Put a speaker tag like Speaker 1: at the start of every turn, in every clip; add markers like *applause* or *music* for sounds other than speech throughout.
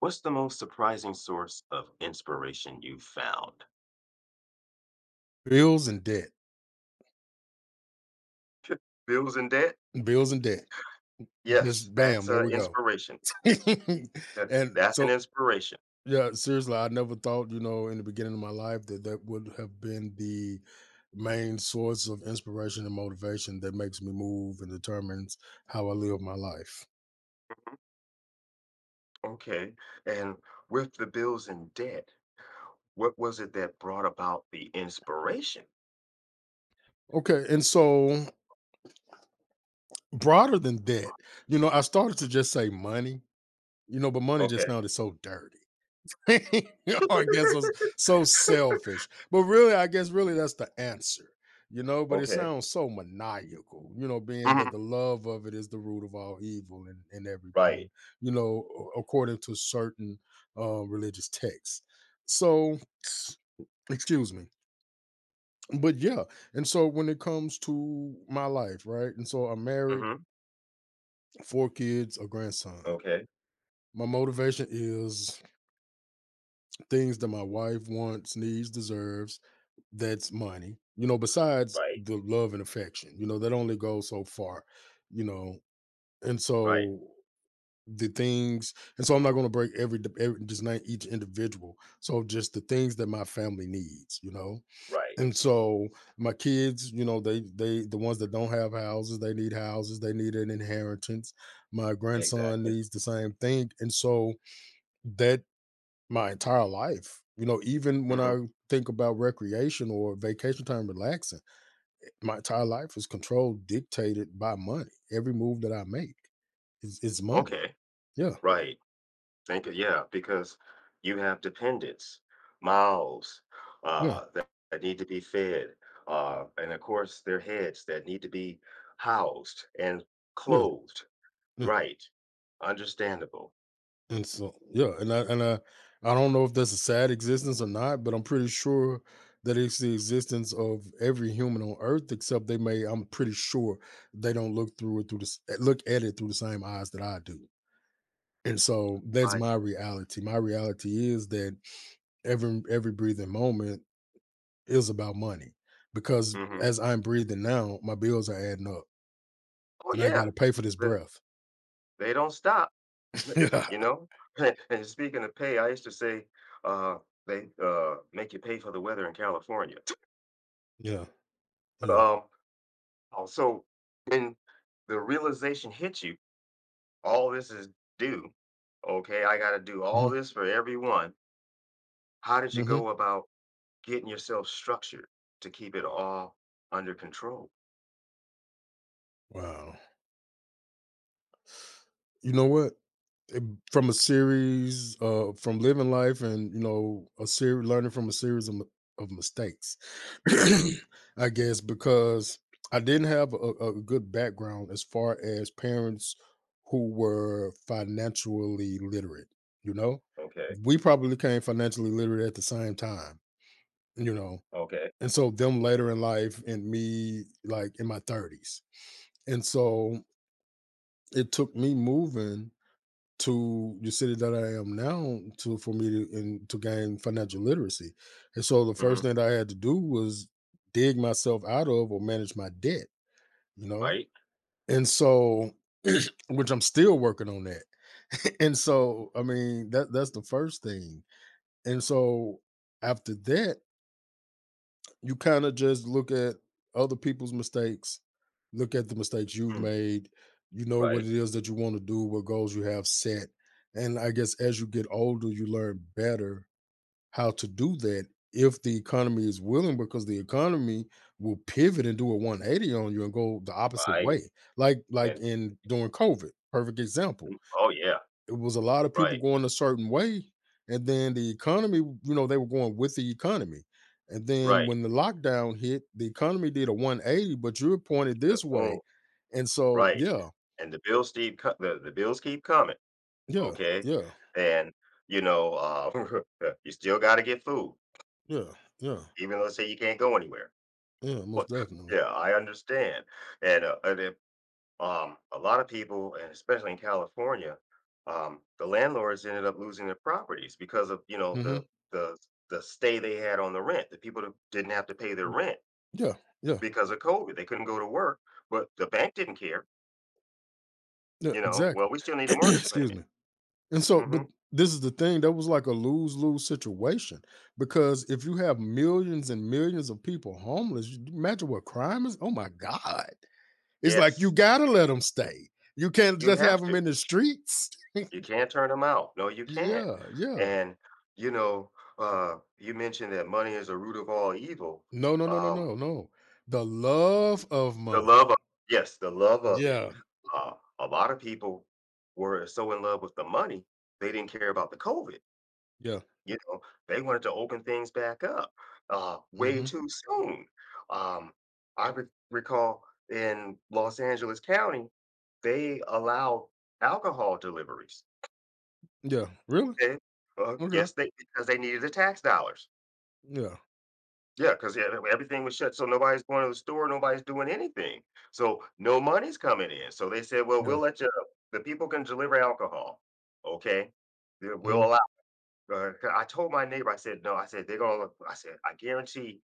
Speaker 1: What's the most surprising source of inspiration you've found?
Speaker 2: Bills and debt,
Speaker 1: Bills and debt?
Speaker 2: bills and debt.
Speaker 1: Yes,
Speaker 2: Just bam,
Speaker 1: that's
Speaker 2: there
Speaker 1: an
Speaker 2: we go.
Speaker 1: inspiration.
Speaker 2: *laughs*
Speaker 1: That
Speaker 2: And
Speaker 1: that's an
Speaker 2: so
Speaker 1: inspiration.
Speaker 2: yeah, seriously, I never thought, you know, in the beginning of my life that that would have been the main source of inspiration and motivation that makes me move and determines how I live my life.
Speaker 1: Mhm. Okay, and with the bills and debt, what was it that brought about the inspiration?
Speaker 2: Okay, and so broader than that, you know, I started to just say money, you know, but money just
Speaker 1: Okay.
Speaker 2: sounded so dirty. *laughs* I guess it's
Speaker 1: *laughs*
Speaker 2: so selfish. But really, I guess really that's the answer, you know. But it
Speaker 1: Okay.
Speaker 2: sounds so maniacal, you know, being
Speaker 1: Mhm.
Speaker 2: that the love of it is the root of all evil and everything,
Speaker 1: Right.
Speaker 2: you know, according to certain religious texts. So, *sniffs* excuse me. But yeah, and so when it comes to my life, right? And so I'm married,
Speaker 1: Mhm.
Speaker 2: four kids, a grandson.
Speaker 1: Okay.
Speaker 2: My motivation is things that my wife wants, needs, deserves. That's money. You know, besides
Speaker 1: Right.
Speaker 2: the love and affection, you know, that only goes so far, you know. And
Speaker 1: Right.
Speaker 2: so the things and so I'm not going to break every just name each individual. So just the things that my family needs, you know.
Speaker 1: Right.
Speaker 2: And so my kids, you know, they the ones that don't have houses, they need an inheritance. My grandson
Speaker 1: Exactly.
Speaker 2: needs the same thing. And so that my entire life, you know, even when
Speaker 1: Mhm.
Speaker 2: I think about recreation or vacation time relaxing my entire life is controlled, dictated by money. Every move that I make is money.
Speaker 1: Okay.
Speaker 2: Yeah,
Speaker 1: Right. Thank you. Yeah, because you have dependents, mouths
Speaker 2: yeah,
Speaker 1: that need to be fed, and of course their heads that need to be housed and
Speaker 2: yeah,
Speaker 1: clothed.
Speaker 2: yeah.
Speaker 1: Right, understandable.
Speaker 2: And so, yeah, and I don't know if that's a sad existence or not, but I'm pretty sure that it's the existence of every human on Earth, except they may. I'm pretty sure they don't look through it through the look at it through the same eyes that I do. And so that's
Speaker 1: I,
Speaker 2: my reality. My reality is that every breathing moment It about money because
Speaker 1: mhm.
Speaker 2: as I'm breathing now, my bills are adding up,
Speaker 1: Oh
Speaker 2: and I
Speaker 1: yeah,
Speaker 2: gotta pay for this
Speaker 1: the,
Speaker 2: breath.
Speaker 1: they don't stop. *laughs*
Speaker 2: *laughs* Yeah,
Speaker 1: You know. *laughs* And speaking of pay, I used to say uh, they make you pay for the weather in California.
Speaker 2: yeah,
Speaker 1: *laughs*
Speaker 2: yeah.
Speaker 1: um, Also, when the realization hits you all this is due. Okay, I got to do
Speaker 2: Mhm,
Speaker 1: all this for everyone. How did you
Speaker 2: mhm.
Speaker 1: go about getting yourself structured to keep it all under control?
Speaker 2: Wow. You know what? Eh, from a series, from living life and, you know, a series learning from a series of m of mistakes, *clears throat*
Speaker 1: Hmm.
Speaker 2: I guess, because I didn't have a good background as far as parents who were financially literate, you know?
Speaker 1: Okay.
Speaker 2: We probably became financially literate at the same time, you know?
Speaker 1: Okay.
Speaker 2: And so them later in life and me, like, in my 30s, and so it took me moving to the city that I am now to for me to and to gain financial literacy. And so the
Speaker 1: Hmm.
Speaker 2: first thing that I had to do was dig myself out of or manage my debt, you know?
Speaker 1: Right.
Speaker 2: And so *clears throat* which I'm still working on that. *laughs* And so I mean that that's the first thing. And so after that you kinda just look at other people's mistakes, look at the mistakes you've
Speaker 1: Mm.
Speaker 2: made, you know what
Speaker 1: Right.
Speaker 2: it is that you wanna do, what goals you have set, and I guess as you get older, you learn better how to do that if the economy is willing, because the economy will pivot and do a 180 on you and go the opposite
Speaker 1: Right.
Speaker 2: way, like
Speaker 1: And
Speaker 2: in during COVID, perfect example.
Speaker 1: mm, oh yeah.
Speaker 2: It was a lot of people
Speaker 1: Right.
Speaker 2: going a certain way, and then the economy, you know, they were going with the economy. And then
Speaker 1: Right.
Speaker 2: when the lockdown hit, the economy did a 180, but you're pointed this way.
Speaker 1: Oh
Speaker 2: And so,
Speaker 1: right.
Speaker 2: yeah,
Speaker 1: And the bills keep the bills keep coming.
Speaker 2: yeah,
Speaker 1: Okay,
Speaker 2: yeah,
Speaker 1: and you know uh, *laughs* you still got to get food,
Speaker 2: yeah, yeah,
Speaker 1: even let's say you can't go anywhere.
Speaker 2: yeah,
Speaker 1: Well,
Speaker 2: most
Speaker 1: *laughs*
Speaker 2: definitely.
Speaker 1: yeah, I understand, and if, a lot of people, and especially in California, the landlords ended up losing their properties because of,
Speaker 2: Hmm.
Speaker 1: the the stay they had on the rent. The people that didn't have to pay their rent
Speaker 2: Yeah, yeah,
Speaker 1: because of COVID. They couldn't go to work, but the bank didn't care.
Speaker 2: yeah,
Speaker 1: You know, well,
Speaker 2: exactly.
Speaker 1: we still
Speaker 2: *clears throat*
Speaker 1: need a mortgage
Speaker 2: Excuse
Speaker 1: payment.
Speaker 2: me. And so, but
Speaker 1: Hmm.
Speaker 2: this is the thing that was like a lose lose situation because if you have millions and millions of people homeless, imagine what crime is. Oh my God. It's like you
Speaker 1: Yes,
Speaker 2: gotta let them stay. You can't
Speaker 1: you
Speaker 2: just
Speaker 1: have
Speaker 2: have them
Speaker 1: to.
Speaker 2: in the streets. *laughs*
Speaker 1: You can't turn them out. No, you can't.
Speaker 2: Yeah, yeah.
Speaker 1: And you know, you mentioned that money is the root of all evil.
Speaker 2: No, no, no, no,
Speaker 1: Um,
Speaker 2: no, no. The love of
Speaker 1: The
Speaker 2: money.
Speaker 1: love of, yes, the love of it.
Speaker 2: Yeah,
Speaker 1: Uh, a lot of people were so in love with the money, they didn't care about the COVID,
Speaker 2: yeah.
Speaker 1: you know? They wanted to open things back up, way
Speaker 2: Mhm.
Speaker 1: too soon. Um, I re recall in Los Angeles County, they allowed alcohol deliveries,
Speaker 2: Yeah. Really?
Speaker 1: okay?
Speaker 2: Okay.
Speaker 1: Yes, they because they needed the tax dollars.
Speaker 2: Yeah,
Speaker 1: Yeah, because yeah, everything was shut, so nobody's going to the store, nobody's doing anything. So no money's coming in. So they said, "Well, we'll
Speaker 2: yeah.
Speaker 1: let you. The people can deliver alcohol, okay? We'll
Speaker 2: Mhm.
Speaker 1: allow." 'Cause I told my neighbor, I said, "No," I said, "They're gonna." I said, "I guarantee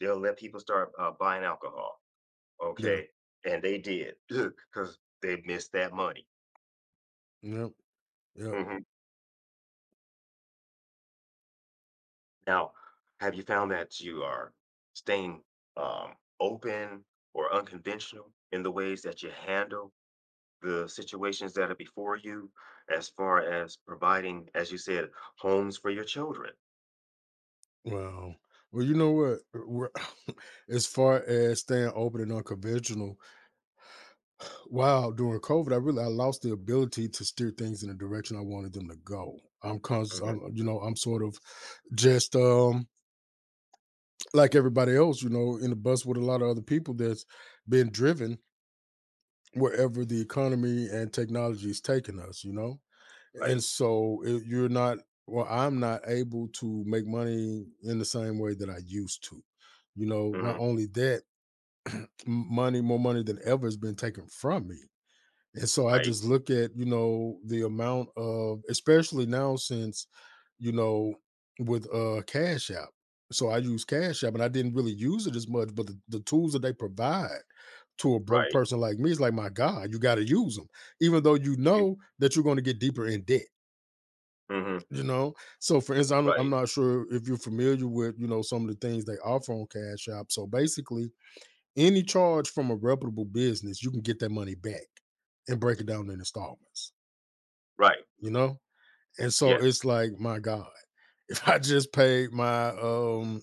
Speaker 1: they'll let people start buying alcohol,
Speaker 2: Yeah.
Speaker 1: okay?" And they did *laughs* *clears throat* because they missed that money.
Speaker 2: Yep, yep.
Speaker 1: Mhm. Now, have you found that you are staying open or unconventional in the ways that you handle the situations that are before you as far as providing, as you said, homes for your children.
Speaker 2: Wow. Well, you know what? We're *laughs* as far as staying open and unconventional, wow, during COVID, I really I lost the ability to steer things in the direction I wanted them to go. I'm conscious,
Speaker 1: Mhm.
Speaker 2: I'm, you know, I'm sort of just like everybody else, you know, in the bus with a lot of other people that's been driven wherever the economy and technology is taking us, you know? And
Speaker 1: Right.
Speaker 2: so it, you're not, well, I'm not able to make money in the same way that I used to. You know, not
Speaker 1: Hmm.
Speaker 2: only that, money, more money than ever has been taken from me. And so I
Speaker 1: Right.
Speaker 2: just look at, you know, the amount of especially now since, you know, with Cash App. So I use Cash App and I didn't really use it as much, but the tools that they provide to a broke
Speaker 1: Right.
Speaker 2: person like me is like, my God, you got to use them, even though you
Speaker 1: You,
Speaker 2: know that you're going to get deeper in debt.
Speaker 1: hmm.
Speaker 2: You know, so for instance, I'm
Speaker 1: Right.
Speaker 2: not sure if you're familiar with you know some of the things they offer on Cash App. So basically, any charge from a reputable business, you can get that money back and break it down in installments.
Speaker 1: Right.
Speaker 2: You know? And so
Speaker 1: Yes.
Speaker 2: it's like, my God, *laughs* if I just paid my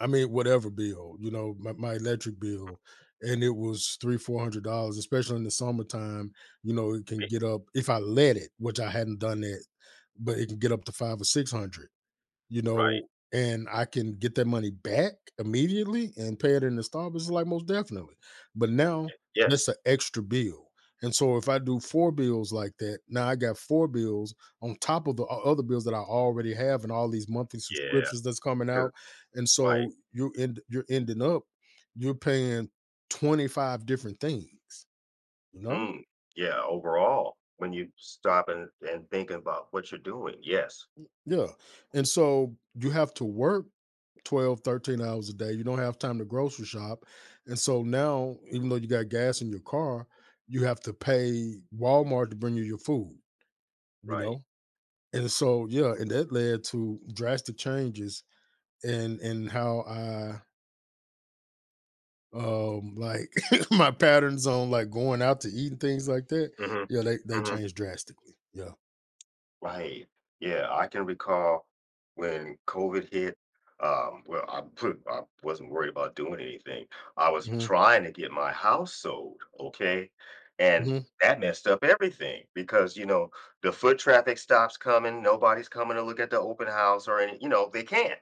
Speaker 2: I mean, whatever bill, you know, my electric bill, and it was three, $400, especially in the summertime, you know, it can
Speaker 1: eh,
Speaker 2: get up if I let it, which I hadn't done that, but it can get up to five or six hundred you
Speaker 1: Right.
Speaker 2: know, and I can get that money back immediately and pay it in installments, like most definitely. But now that's
Speaker 1: Yes.
Speaker 2: an extra bill. And so if I do four bills like that, now I got four bills on top of the other bills that I already have and all these monthly
Speaker 1: Yeah.
Speaker 2: subscriptions that's coming
Speaker 1: 'Cause-
Speaker 2: out. And so
Speaker 1: right.
Speaker 2: you're ending up, you're paying 25 different things, you know?
Speaker 1: Mm, yeah. Overall, when you stop and think about what you're doing. Yes.
Speaker 2: Yeah. And so you have to work 12, 13 hours a day. You don't have time to grocery shop. And so now, even though you got gas in your car, you have to pay Walmart to bring you your food, you
Speaker 1: Right.
Speaker 2: know? And so, yeah, and that led to drastic changes in how I like *laughs* my patterns on like going out to eat and things like that.
Speaker 1: Hmm.
Speaker 2: Yeah, they
Speaker 1: Hmm.
Speaker 2: changed drastically. Yeah.
Speaker 1: Right. Yeah, I can recall when COVID hit, well, I wasn't worried about doing anything. I was
Speaker 2: Hmm.
Speaker 1: trying to get my house sold, okay? And
Speaker 2: Hmm.
Speaker 1: that messed up everything because, the foot traffic stops coming, nobody's coming to look at the open house or any, they can't,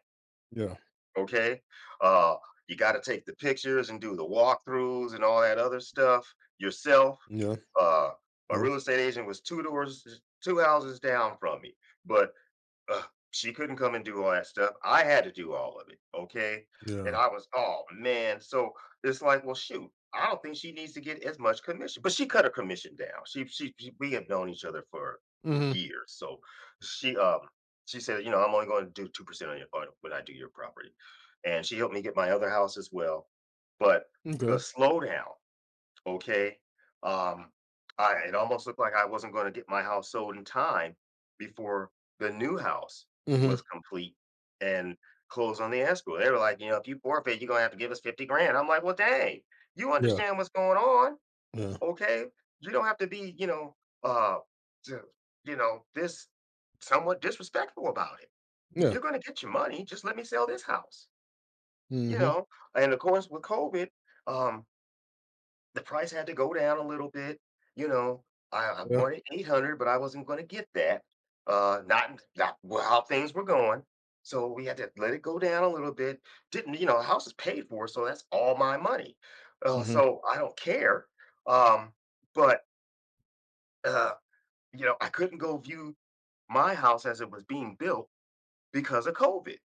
Speaker 2: Yeah.
Speaker 1: okay? Uh, you got to take the pictures and do the walkthroughs and all that other stuff yourself.
Speaker 2: Yeah.
Speaker 1: Uh, my
Speaker 2: Yeah.
Speaker 1: real estate agent was two doors, two houses down from me, but ugh, she couldn't come and do all that stuff. I had to do all of it, okay?
Speaker 2: Yeah.
Speaker 1: And I was, oh man. So it's like, well, shoot, I don't think she needs to get as much commission. But she cut her commission down. She We have known each other for
Speaker 2: Hmm.
Speaker 1: years. So she um she said, you know, I'm only going to do 2% on when I do your property. And she helped me get my other house as well. But the
Speaker 2: Okay.
Speaker 1: slowdown. Okay? Um, I It almost looked like I wasn't gonna get my house sold in time before the new house
Speaker 2: Hmm.
Speaker 1: was complete and closed on the escrow. They were like, "You know, if you forfeit, you're gonna have to give us 50 grand." I'm like, "Well, dang, you
Speaker 2: Yeah.
Speaker 1: understand what's going on,
Speaker 2: Yeah.
Speaker 1: okay? You don't have to be, uh, t- this somewhat disrespectful about it.
Speaker 2: Yeah.
Speaker 1: You're gonna get your money. Just let me sell this house." You
Speaker 2: Mhm.
Speaker 1: know, and of course with COVID, um, the price had to go down a little bit, you know, I
Speaker 2: Yeah.
Speaker 1: wanted 800, but I wasn't gonna get that, uh, not not well, how things were going, so we had to let it go down a little bit, didn't you know, the house is paid for, so that's all my money,
Speaker 2: Mhm.
Speaker 1: so I don't care, um, but, uh, you know, I couldn't go view my house as it was being built because of COVID,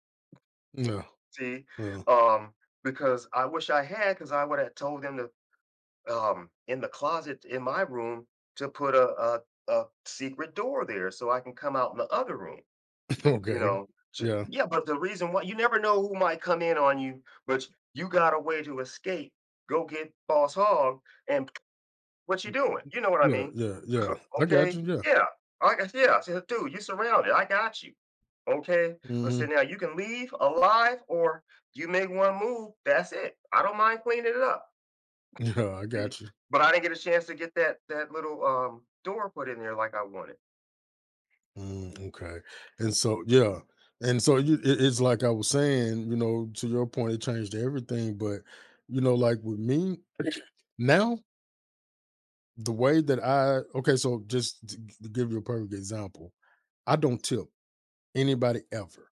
Speaker 2: Yeah.
Speaker 1: see,
Speaker 2: Yeah.
Speaker 1: um, because I wish I had, because I would have told them to in the closet in my room to put a secret door there so I can come out in the other room.
Speaker 2: *laughs*
Speaker 1: You
Speaker 2: Okay.
Speaker 1: know,
Speaker 2: Yeah.
Speaker 1: yeah. But the reason why you never know who might come in on you, but you got a way to escape. Go get Boss Hog and what you doing? You know what I
Speaker 2: Yeah.
Speaker 1: mean?
Speaker 2: Yeah. Yeah. I got
Speaker 1: Okay,
Speaker 2: you. Yeah.
Speaker 1: yeah. I guess yeah. I said, dude, you surrounded. I got you. Okay. I said,
Speaker 2: Mhm. *laughs*
Speaker 1: now you can leave alive or you make one move. That's it. I don't mind cleaning it up.
Speaker 2: Yeah. I
Speaker 1: See,
Speaker 2: got you.
Speaker 1: but I didn't get a chance to get that little, door put in there like I wanted.
Speaker 2: Mm, okay. And so, yeah. And so, it's like I was saying, you know, to your point, it changed everything. But, you know, like with me *clears throat* now, the way that I, okay, so just to to give you a perfect example, I don't tip anybody ever.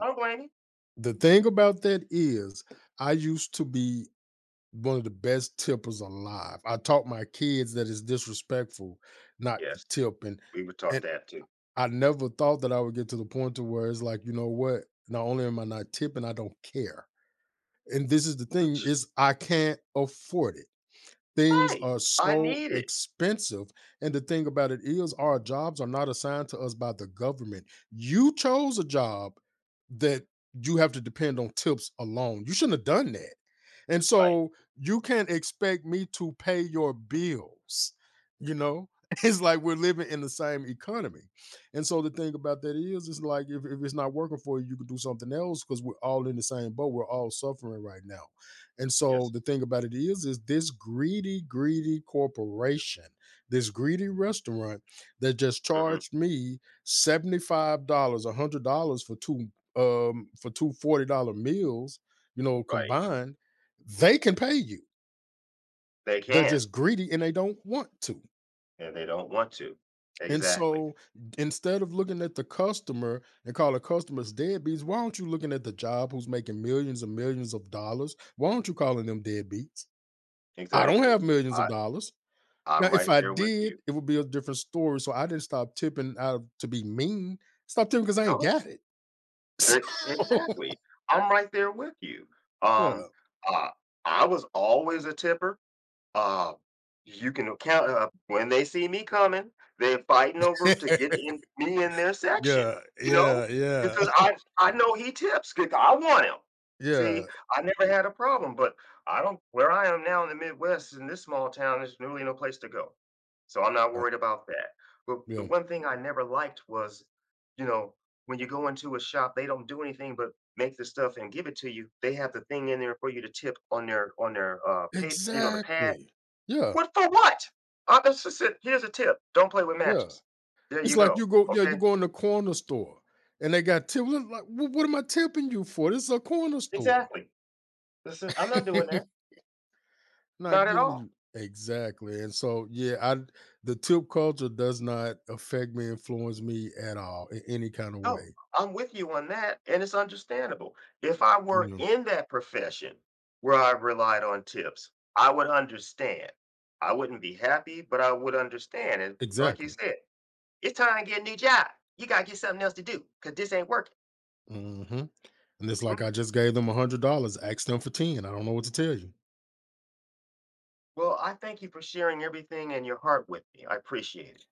Speaker 1: I don't blame you.
Speaker 2: the thing about that is, I used to be one of the best tippers alive. I taught my kids that it's disrespectful not to
Speaker 1: Yes,
Speaker 2: tip, and
Speaker 1: we were taught
Speaker 2: and
Speaker 1: that too.
Speaker 2: I never thought that I would get to the point to where it's like, you know what? Not only am I not tipping, I don't care. And this is the thing
Speaker 1: Which
Speaker 2: is I can't afford it. Things
Speaker 1: Right,
Speaker 2: are
Speaker 1: I
Speaker 2: so
Speaker 1: need it.
Speaker 2: expensive, and the thing about it is our jobs are not assigned to us by the government. You chose a job that you have to depend on tips alone. You shouldn't have done that. And
Speaker 1: Right.
Speaker 2: so you can't expect me to pay your bills, you know? *laughs* It's like we're living in the same economy. And so the thing about that is it's like if it's not working for you, you could do something else because we're all in the same boat. We're all suffering right now. And so
Speaker 1: Yes.
Speaker 2: the thing about it is this greedy, greedy corporation, this greedy restaurant that just
Speaker 1: Mhm.
Speaker 2: charged me $75, dollars, a $100 for two for $2 meals, you know,
Speaker 1: Right.
Speaker 2: combined, they can pay you.
Speaker 1: They
Speaker 2: They're
Speaker 1: can,
Speaker 2: just greedy and they don't want to.
Speaker 1: and they don't want to.
Speaker 2: And
Speaker 1: Exactly,
Speaker 2: so instead of looking at the customer and call a customer's deadbeats, why aren't you looking at the job who's making millions and millions of dollars? Why aren't you calling them deadbeats? I don't
Speaker 1: exactly.
Speaker 2: have millions of
Speaker 1: I
Speaker 2: dollars. Now,
Speaker 1: I'm
Speaker 2: if
Speaker 1: right
Speaker 2: I
Speaker 1: there with
Speaker 2: did,
Speaker 1: you.
Speaker 2: it would be a different story, so I didn't stop tipping out of to be mean. Stop tipping because I ain't
Speaker 1: Oh,
Speaker 2: got it. *laughs*
Speaker 1: e
Speaker 2: So,
Speaker 1: exactly. I'm right there with you. Mhm.
Speaker 2: yeah.
Speaker 1: Uh, I was always a tipper. Uh, you can account when they see me coming, they're fighting over to get in
Speaker 2: *laughs*
Speaker 1: me in their section,
Speaker 2: Yeah,
Speaker 1: you know?
Speaker 2: yeah, yeah,
Speaker 1: Because I know he tips, 'cause I want him.
Speaker 2: yeah,
Speaker 1: See, I never had a problem, but I don't where I am now in the Midwest, in this small town, there's really no place to go. So I'm not
Speaker 2: uh,
Speaker 1: worried about that. But the
Speaker 2: yeah.
Speaker 1: one thing I never liked was, you know, when you go into a shop, they don't do anything but make the stuff and give it to you. They have the thing in there for you to tip on their paper, you know, the pad.
Speaker 2: Exactly. Yeah,
Speaker 1: What for what? Officer said, "Here's a tip, don't play with
Speaker 2: yeah.
Speaker 1: matches." There
Speaker 2: It's
Speaker 1: you
Speaker 2: like
Speaker 1: go,
Speaker 2: you go yeah, you
Speaker 1: okay?
Speaker 2: go in the corner store, and they got tip like, "What am I tipping you for? This is a corner store."
Speaker 1: Exactly. Listen, I'm not doing that,
Speaker 2: *laughs* Not I
Speaker 1: not at
Speaker 2: get
Speaker 1: all.
Speaker 2: you. Exactly. And so, yeah, I the tip culture does not affect me, influence me at all in any kind of
Speaker 1: No,
Speaker 2: way.
Speaker 1: I'm with you on that, and it's understandable. If I
Speaker 2: You
Speaker 1: were
Speaker 2: know,
Speaker 1: in that profession where I relied on tips, I would understand. I wouldn't be happy, but I would understand, and like you
Speaker 2: exactly.
Speaker 1: said, "It's time to get a new job. You gotta get something else to do because this ain't working."
Speaker 2: Hmm. And it's like
Speaker 1: Mhm.
Speaker 2: I just gave them $100, asked them for 10. I don't know what to tell you.
Speaker 1: Well, I thank you for sharing everything and your heart with me, I appreciate it.